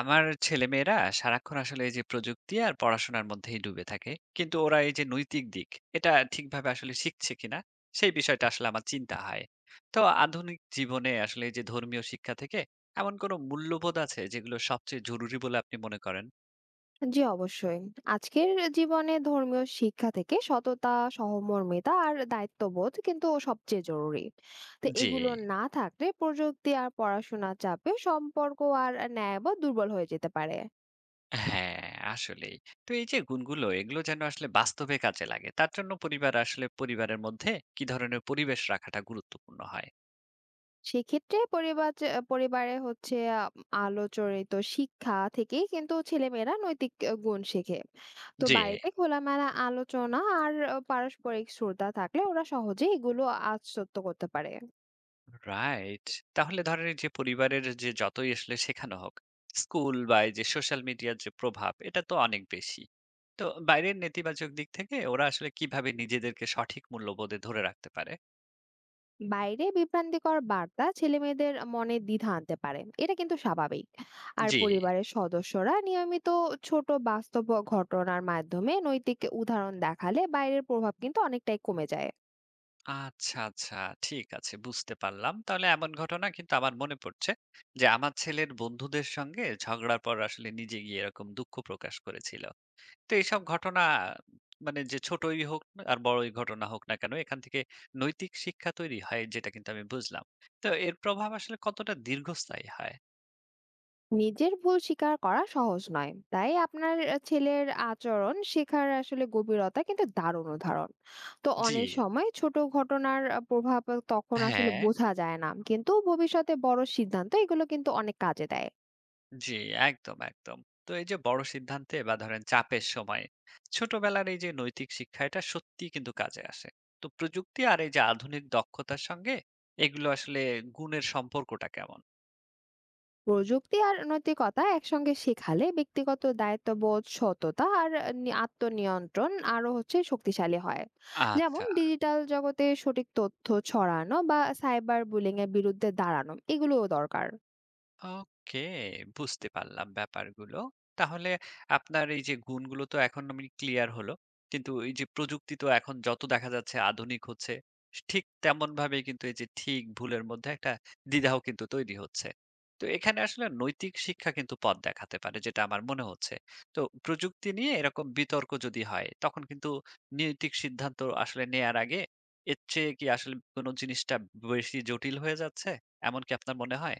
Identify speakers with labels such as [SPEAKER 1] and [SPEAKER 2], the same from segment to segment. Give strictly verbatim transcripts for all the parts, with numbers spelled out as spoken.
[SPEAKER 1] আমার ছেলেমেয়েরা সারাক্ষণ আসলে এই যে প্রযুক্তি আর পড়াশোনার মধ্যেই ডুবে থাকে, কিন্তু ওরা এই যে নৈতিক দিক এটা ঠিকভাবে আসলে শিখছে কিনা সেই বিষয়টা আসলে আমার চিন্তা হয়। তো আধুনিক জীবনে আসলে এই যে ধর্মীয় শিক্ষা থেকে এমন কোনো মূল্যবোধ আছে যেগুলো সবচেয়ে জরুরি বলে আপনি মনে করেন?
[SPEAKER 2] জি, অবশ্যই। আজকের জীবনে ধর্মীয় শিক্ষা থেকে সততা, সহমর্মিতা আর দায়িত্ববোধ কিন্তু সবচেয়ে জরুরি। তো
[SPEAKER 1] যে
[SPEAKER 2] এগুলো না থাকলে প্রযুক্তি আর পড়াশোনার চাপে সম্পর্ক আর ন্যায়বোধ দুর্বল হয়ে যেতে পারে।
[SPEAKER 1] হ্যাঁ, আসলেই। তো এই যে গুণগুলো এগুলো যেন আসলে বাস্তবে কাজে লাগে তার জন্য পরিবার আসলে পরিবারের মধ্যে কি ধরনের পরিবেশ রাখাটা গুরুত্বপূর্ণ হয়?
[SPEAKER 2] সেক্ষেত্রে পরিবার যে পরিবারে হচ্ছে আ আলোচরিত শিক্ষা থেকেই কিন্তু ছেলেমেয়েরা নৈতিক আ গুণ শেখে। তো
[SPEAKER 1] জি।
[SPEAKER 2] বাড়িতে খোলামেলা আলোচনা আর আহ, পারস্পরিক শ্রদ্ধা থাকলে ওরা সহজেই এগুলো আত্মস্থ করতে পারে।
[SPEAKER 1] রাইট। তাহলে ধরেন এই যে পরিবারের যে যতই আসলে শেখানো হোক, স্কুল বা এই যে সোশ্যাল মিডিয়ার যে প্রভাব এটা তো অনেক বেশি। তো বাইরের নেতিবাচক দিক থেকে ওরা আসলে কিভাবে নিজেদেরকে সঠিক মূল্যবোধে ধরে রাখতে পারে?
[SPEAKER 2] বাইরে বিভ্রান্তিকর বার্তা ছেলেমেয়েদের মনে দ্বিধা আনতে পারে, এটা কিন্তু স্বাভাবিক। আর
[SPEAKER 1] জি।
[SPEAKER 2] পরিবারের সদস্যরা নিয়মিত ছোট বাস্তব ঘটনার মাধ্যমে নৈতিক উদাহরণ দেখালে বাইরের প্রভাব কিন্তু অনেকটাই কমে যায়।
[SPEAKER 1] আচ্ছা, আচ্ছা, ঠিক আছে, বুঝতে পারলাম। তাহলে এমন ঘটনা কিন্তু আমার মনে পড়ছে যে আমার ছেলের বন্ধুদের সঙ্গে ঝগড়ার পর আসলে নিজে গিয়ে এরকম দুঃখ প্রকাশ করেছিল। তো এইসব ঘটনা মানে যে ছোটই হোক না আর বড়ই ঘটনা হোক না কেন, এখান থেকে নৈতিক শিক্ষা তৈরি হয় যেটা কিন্তু আমি বুঝলাম। তো এর প্রভাব আসলে কতটা দীর্ঘস্থায়ী হয়?
[SPEAKER 2] নিজের ভুল স্বীকার করা সহজ নয়, তাই আপনার ছেলের আচরণ শেখার আসলে গভীরতা কিন্তু দারুণ উদাহরণ। তো
[SPEAKER 1] জি,
[SPEAKER 2] অনেক সময় ছোট ঘটনার প্রভাব তখন আসলে
[SPEAKER 1] হ্যাঁ,
[SPEAKER 2] বোঝা যায় না, কিন্তু ভবিষ্যতে বড় সিদ্ধান্ত এগুলো কিন্তু অনেক কাজে দেয়।
[SPEAKER 1] জি, একদম, একদম। তো এই যে বড় সিদ্ধান্তে বা ধরেন চাপের সময় ছোটবেলার এই যে নৈতিক শিক্ষা এটা সত্যিই কিন্তু কাজে আসে। তো প্রযুক্তি আর এই যে আধুনিক দক্ষতার সঙ্গে এগুলো আসলে গুণের সম্পর্কটা কেমন?
[SPEAKER 2] প্রযুক্তি আর নৈতিকতা একসঙ্গে শেখালে ব্যক্তিগত দায়িত্ববোধ, সততা আর নি- আত্মনিয়ন্ত্রণ আরো হচ্ছে শক্তিশালী হয়। যেমন
[SPEAKER 1] আচ্ছা।
[SPEAKER 2] ডিজিটাল জগতে সঠিক তথ্য ছড়ানো বা সাইবার বুলিং এর বিরুদ্ধে দাঁড়ানো এগুলোও দরকার।
[SPEAKER 1] ওকে, বুঝতে পারলাম ব্যাপারগুলো। তাহলে আপনার এই যে গুণগুলো তো এখন আমি ক্লিয়ার হলো। কিন্তু এই যে প্রযুক্তি তো এখন যত দেখা যাচ্ছে আধুনিক হচ্ছে, ঠিক তেমনভাবেই কিন্তু এই যে ঠিক ভুলের মধ্যে একটা দ্বিধাও কিন্তু তৈরি হচ্ছে। তো এখানে আসলে নৈতিক শিক্ষা কিন্তু পথ দেখাতে পারে যেটা আমার মনে হচ্ছে। তো প্রযুক্তি নিয়ে এরকম বিতর্ক যদি হয় তখন কিন্তু নৈতিক সিদ্ধান্ত আসলে নেয়ার আগে এর চেয়ে কি আসলে কোনো জিনিসটা বেশি জটিল হয়ে যাচ্ছে? এমন কি আপনার মনে হয়?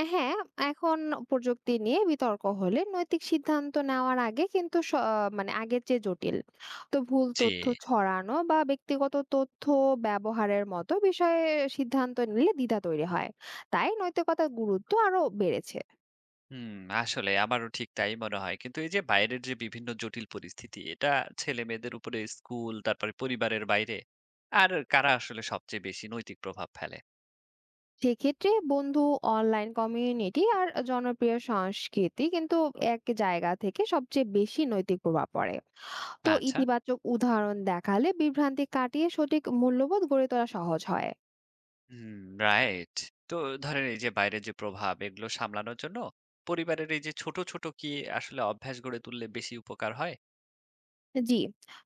[SPEAKER 2] আ হ্যাঁ, এখন প্রযুক্তি নিয়ে বিতর্ক হলে নৈতিক সিদ্ধান্ত নেওয়ার আগে কিন্তু স মানে আগের চেয়ে জটিল। তো ভুল
[SPEAKER 1] জি।
[SPEAKER 2] তথ্য ছড়ানো বা ব্যক্তিগত তথ্য ব্যবহারের মতো বিষয়ে সিদ্ধান্ত নিলে দ্বিধা তৈরি হয়। তাই নৈতিকতার গুরুত্ব আরো বেড়েছে।
[SPEAKER 1] হুম, আসলে আমারও ঠিক তাই মনে হয়। কিন্তু এই যে বাইরের যে বিভিন্ন জটিল পরিস্থিতি, এটা ছেলেমেয়েদের উপরে স্কুল, তারপরে পরিবারের বাইরে আর কারা আসলে সবচেয়ে বেশি নৈতিক প্রভাব ফেলে?
[SPEAKER 2] সেক্ষেত্রে বন্ধু, অনলাইন কমিউনিটি আর জনপ্রিয় সংস্কৃতি কিন্তু এক জায়গা থেকে সবচেয়ে বেশি নৈতিক প্রভাব পড়ে। তো
[SPEAKER 1] আচ্ছা,
[SPEAKER 2] ইতিবাচক উদাহরণ দেখালে বিভ্রান্তি কাটিয়ে সঠিক মূল্যবোধ গড়ে তোলা সহজ হয়।
[SPEAKER 1] Hmm, right. তো ধরেন এই যে বাইরের যে প্রভাব, এগুলো সামলানোর জন্য পরিবারের এই যে ছোট, ছোট কি আসলে অভ্যাস গড়ে তুললে বেশি উপকার হয়?
[SPEAKER 2] জি,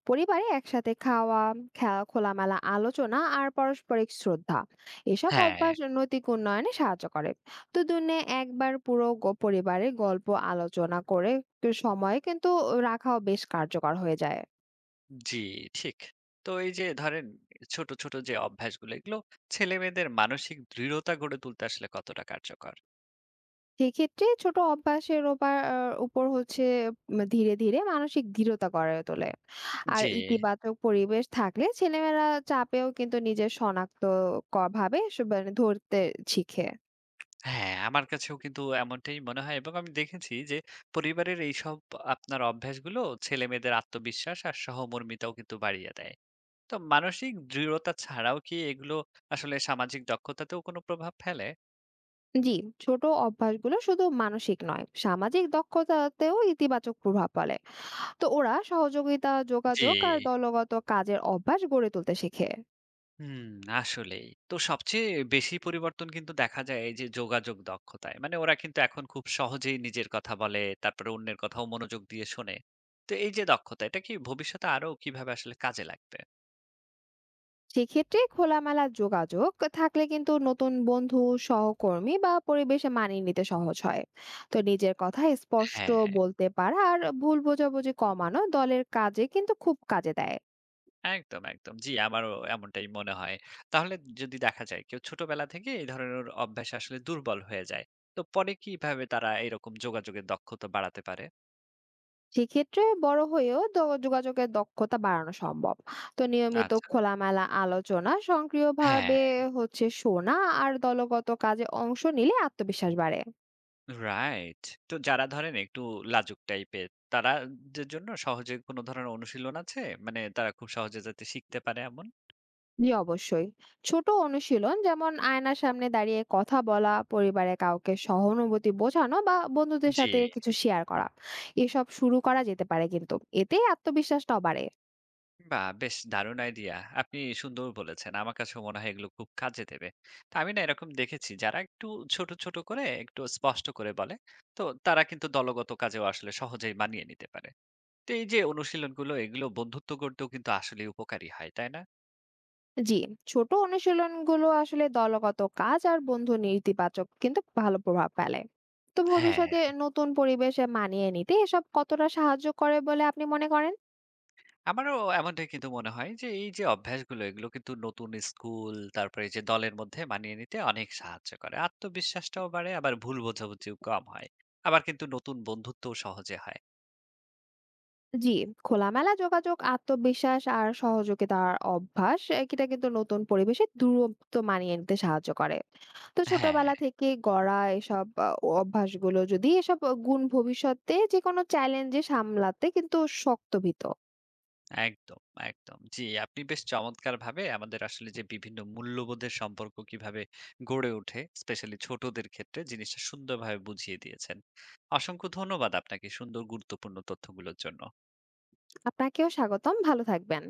[SPEAKER 2] পরিবারে একসাথে খাওয়া, খেলা, খোলামেলা আলোচনা আর পারস্পরিক শ্রদ্ধা, এসব
[SPEAKER 1] হ্যাঁ,
[SPEAKER 2] অভ্যাস নৈতিক উন্নয়নে সাহায্য করে। তো দুদিনে একবার পুরো গ- পরিবারের গল্প আলোচনা করে একটু সময় কিন্তু রাখাও বেশ কার্যকর হয়ে যায়।
[SPEAKER 1] জি, ঠিক। তো এই যে ধরেন ছোট, ছোট যে অভ্যাসগুলো, এগুলো ছেলেমেয়েদের মানসিক দৃঢ়তা গড়ে তুলতে আসলে কতটা কার্যকর?
[SPEAKER 2] সেক্ষেত্রে ছোট অভ্যাসের ওপর উপর হচ্ছে উম, ধীরে ধীরে মানসিক দৃঢ়তা গড়ে তোলে। আর
[SPEAKER 1] জি।
[SPEAKER 2] ইতিবাচক পরিবেশ থাকলে ছেলেমেয়েরা চাপেও কিন্তু নিজের শনাক্ত ক- ভাবে সব- মানে ধরতে শিখে।
[SPEAKER 1] হ্যাঁ, আমার কাছেও কিন্তু এমনটাই মনে হয় এবং আমি দেখেছি যে পরিবারের এইসব আপনার অভ্যাসগুলো ছেলেমেয়েদের আত্মবিশ্বাস আর সহমর্মিতাও কিন্তু বাড়িয়ে দেয়। তো মানসিক দৃঢ়তা ছাড়াও কি এগুলো আসলে সামাজিক দক্ষতাতেও কোনো প্রভাব ফেলে?
[SPEAKER 2] জি, ছোট অভ্যাসগুলো শুধু মানসিক নয়, সামাজিক দক্ষতাতেও ইতিবাচক প্রভাব ফেলে। তো ওরা সহযোগিতা,
[SPEAKER 1] জি।
[SPEAKER 2] যোগাযোগ আর দলগত কাজের অভ্যাস গড়ে তুলতে শেখে।
[SPEAKER 1] হুম, আসলেই। তো সবচেয়ে বেশি পরিবর্তন কিন্তু দেখা যায় এই যে যোগাযোগ দক্ষতায়। মানে ওরা কিন্তু এখন খুব সহজেই নিজের কথা বলে, তারপরে অন্যের কথাও মনোযোগ দিয়ে শোনে। তো এই যে দক্ষতা, এটা কি ভবিষ্যতে আরো কিভাবে আসলে কাজে লাগবে?
[SPEAKER 2] সেক্ষেত্রে খোলামেলা যোগাযোগ থাকলে কিন্তু নতুন বন্ধু, সহকর্মী বা পরিবেশে মানিয়ে নিতে সহজ হয়। তো নিজের কথা স্পষ্ট
[SPEAKER 1] হ্যাঁ।
[SPEAKER 2] বলতে পারা আর ভুল বোঝাবুঝি কমানো দলের কাজে কিন্তু খুব কাজে দেয়।
[SPEAKER 1] একদম, একদম। জি, আমারও এমনটাই মনে হয়। তাহলে যদি দেখা যায় কেউ ছোটবেলা থেকে এই ধরনের অভ্যাসে আসলে দুর্বল হয়ে যায়, তো পরে কিভাবে তারা এরকম যোগাযোগের দক্ষতা বাড়াতে পারে?
[SPEAKER 2] সেক্ষেত্রে বড় হয়েও দ- যোগাযোগের দক্ষতা বাড়ানো সম্ভব। তো নিয়মিত
[SPEAKER 1] আচ্ছা।
[SPEAKER 2] খোলামেলা আলোচনা,
[SPEAKER 1] হ্যাঁ,
[SPEAKER 2] সক্রিয়ভাবে হচ্ছে শোনা আর দলগত কাজে অংশ নিলে আত্মবিশ্বাস বাড়ে।
[SPEAKER 1] রাইট। তো যারা ধরেন একটু লাজুক টাইপের, তারা দের জন্য সহজে কোনো ধরনের অনুশীলন আছে? মানে তারা খুব সহজে যাতে শিখতে পারে এমন?
[SPEAKER 2] জি, অবশ্যই। ছোট অনুশীলন, যেমন আয়নার সামনে দাঁড়িয়ে কথা বলা, পরিবারে কাউকে সহানুভূতি বোঝানো বা বন্ধুদের
[SPEAKER 1] জি।
[SPEAKER 2] সাথে কিছু শেয়ার করা, এসব শুরু করা যেতে পারে, কিন্তু এতে আত্মবিশ্বাসটাও বাড়ে।
[SPEAKER 1] বাহ! বেশ দারুণ আইডিয়া। আপনি সুন্দর বলেছেন। আমার কাছেও মনে হয় এগুলো খুব কাজে দেবে। তো আমি না এরকম দেখেছি যারা একটু ছোট, ছোট করে একটু স্পষ্ট করে বলে, তো তারা কিন্তু দলগত কাজেও আসলে সহজেই মানিয়ে নিতে পারে। তো এই যে অনুশীলনগুলো এগুলো বন্ধুত্ব গড়তেও কিন্তু আসলেই উপকারী হয়, তাই না?
[SPEAKER 2] জি, ছোট অনুশীলনগুলো আসলে দলগত কাজ আর বন্ধু নেতিবাচক কিন্তু ভালো প্রভাব ফেলে। তো
[SPEAKER 1] হ্যাঁ,
[SPEAKER 2] ভবিষ্যতে নতুন পরিবেশে মানিয়ে নিতে এসব কতটা সাহায্য করে বলে আপনি মনে করেন?
[SPEAKER 1] আমারও এমনটাই কিন্তু মনে হয় যে এই যে অভ্যাসগুলো এগুলো কিন্তু নতুন স্কুল তারপরে এই যে দলের মধ্যে মানিয়ে নিতে অনেক সাহায্য করে। আত্মবিশ্বাসটাও বাড়ে আবার ভুল বোঝাবুঝিও কম হয়। আবার কিন্তু নতুন বন্ধুত্বও সহজে হয়।
[SPEAKER 2] জি, খোলামেলা যোগাযোগ, আত্মবিশ্বাস আর সহযোগিতার অভ্যাস, এ- এটা কিন্তু নতুন পরিবেশে দূরত্ব মানিয়ে নিতে সাহায্য করে। তো
[SPEAKER 1] হ্যাঁ।
[SPEAKER 2] ছোটবেলা থেকে গড়া এসব আহ, অভ্যাসগুলো যদি এসব গুণ ভবিষ্যতে যে কোনো চ্যালেঞ্জে সামলাতে কিন্তু শক্ত ভিত।
[SPEAKER 1] একদম, একদম। জি, আপনি বেশ চমৎকারভাবে আমাদের আসলে যে বিভিন্ন মূল্যবোধের সম্পর্ক কিভাবে গড়ে ওঠে, স্পেশালি ছোটদের ক্ষেত্রে জিনিসটা সুন্দরভাবে বুঝিয়ে দিয়েছেন। অসংখ্য ধন্যবাদ আপনাকে সুন্দর গুরুত্বপূর্ণ তথ্যগুলোর জন্য।
[SPEAKER 2] আপনাকেও স্বাগতম, ভালো থাকবেন।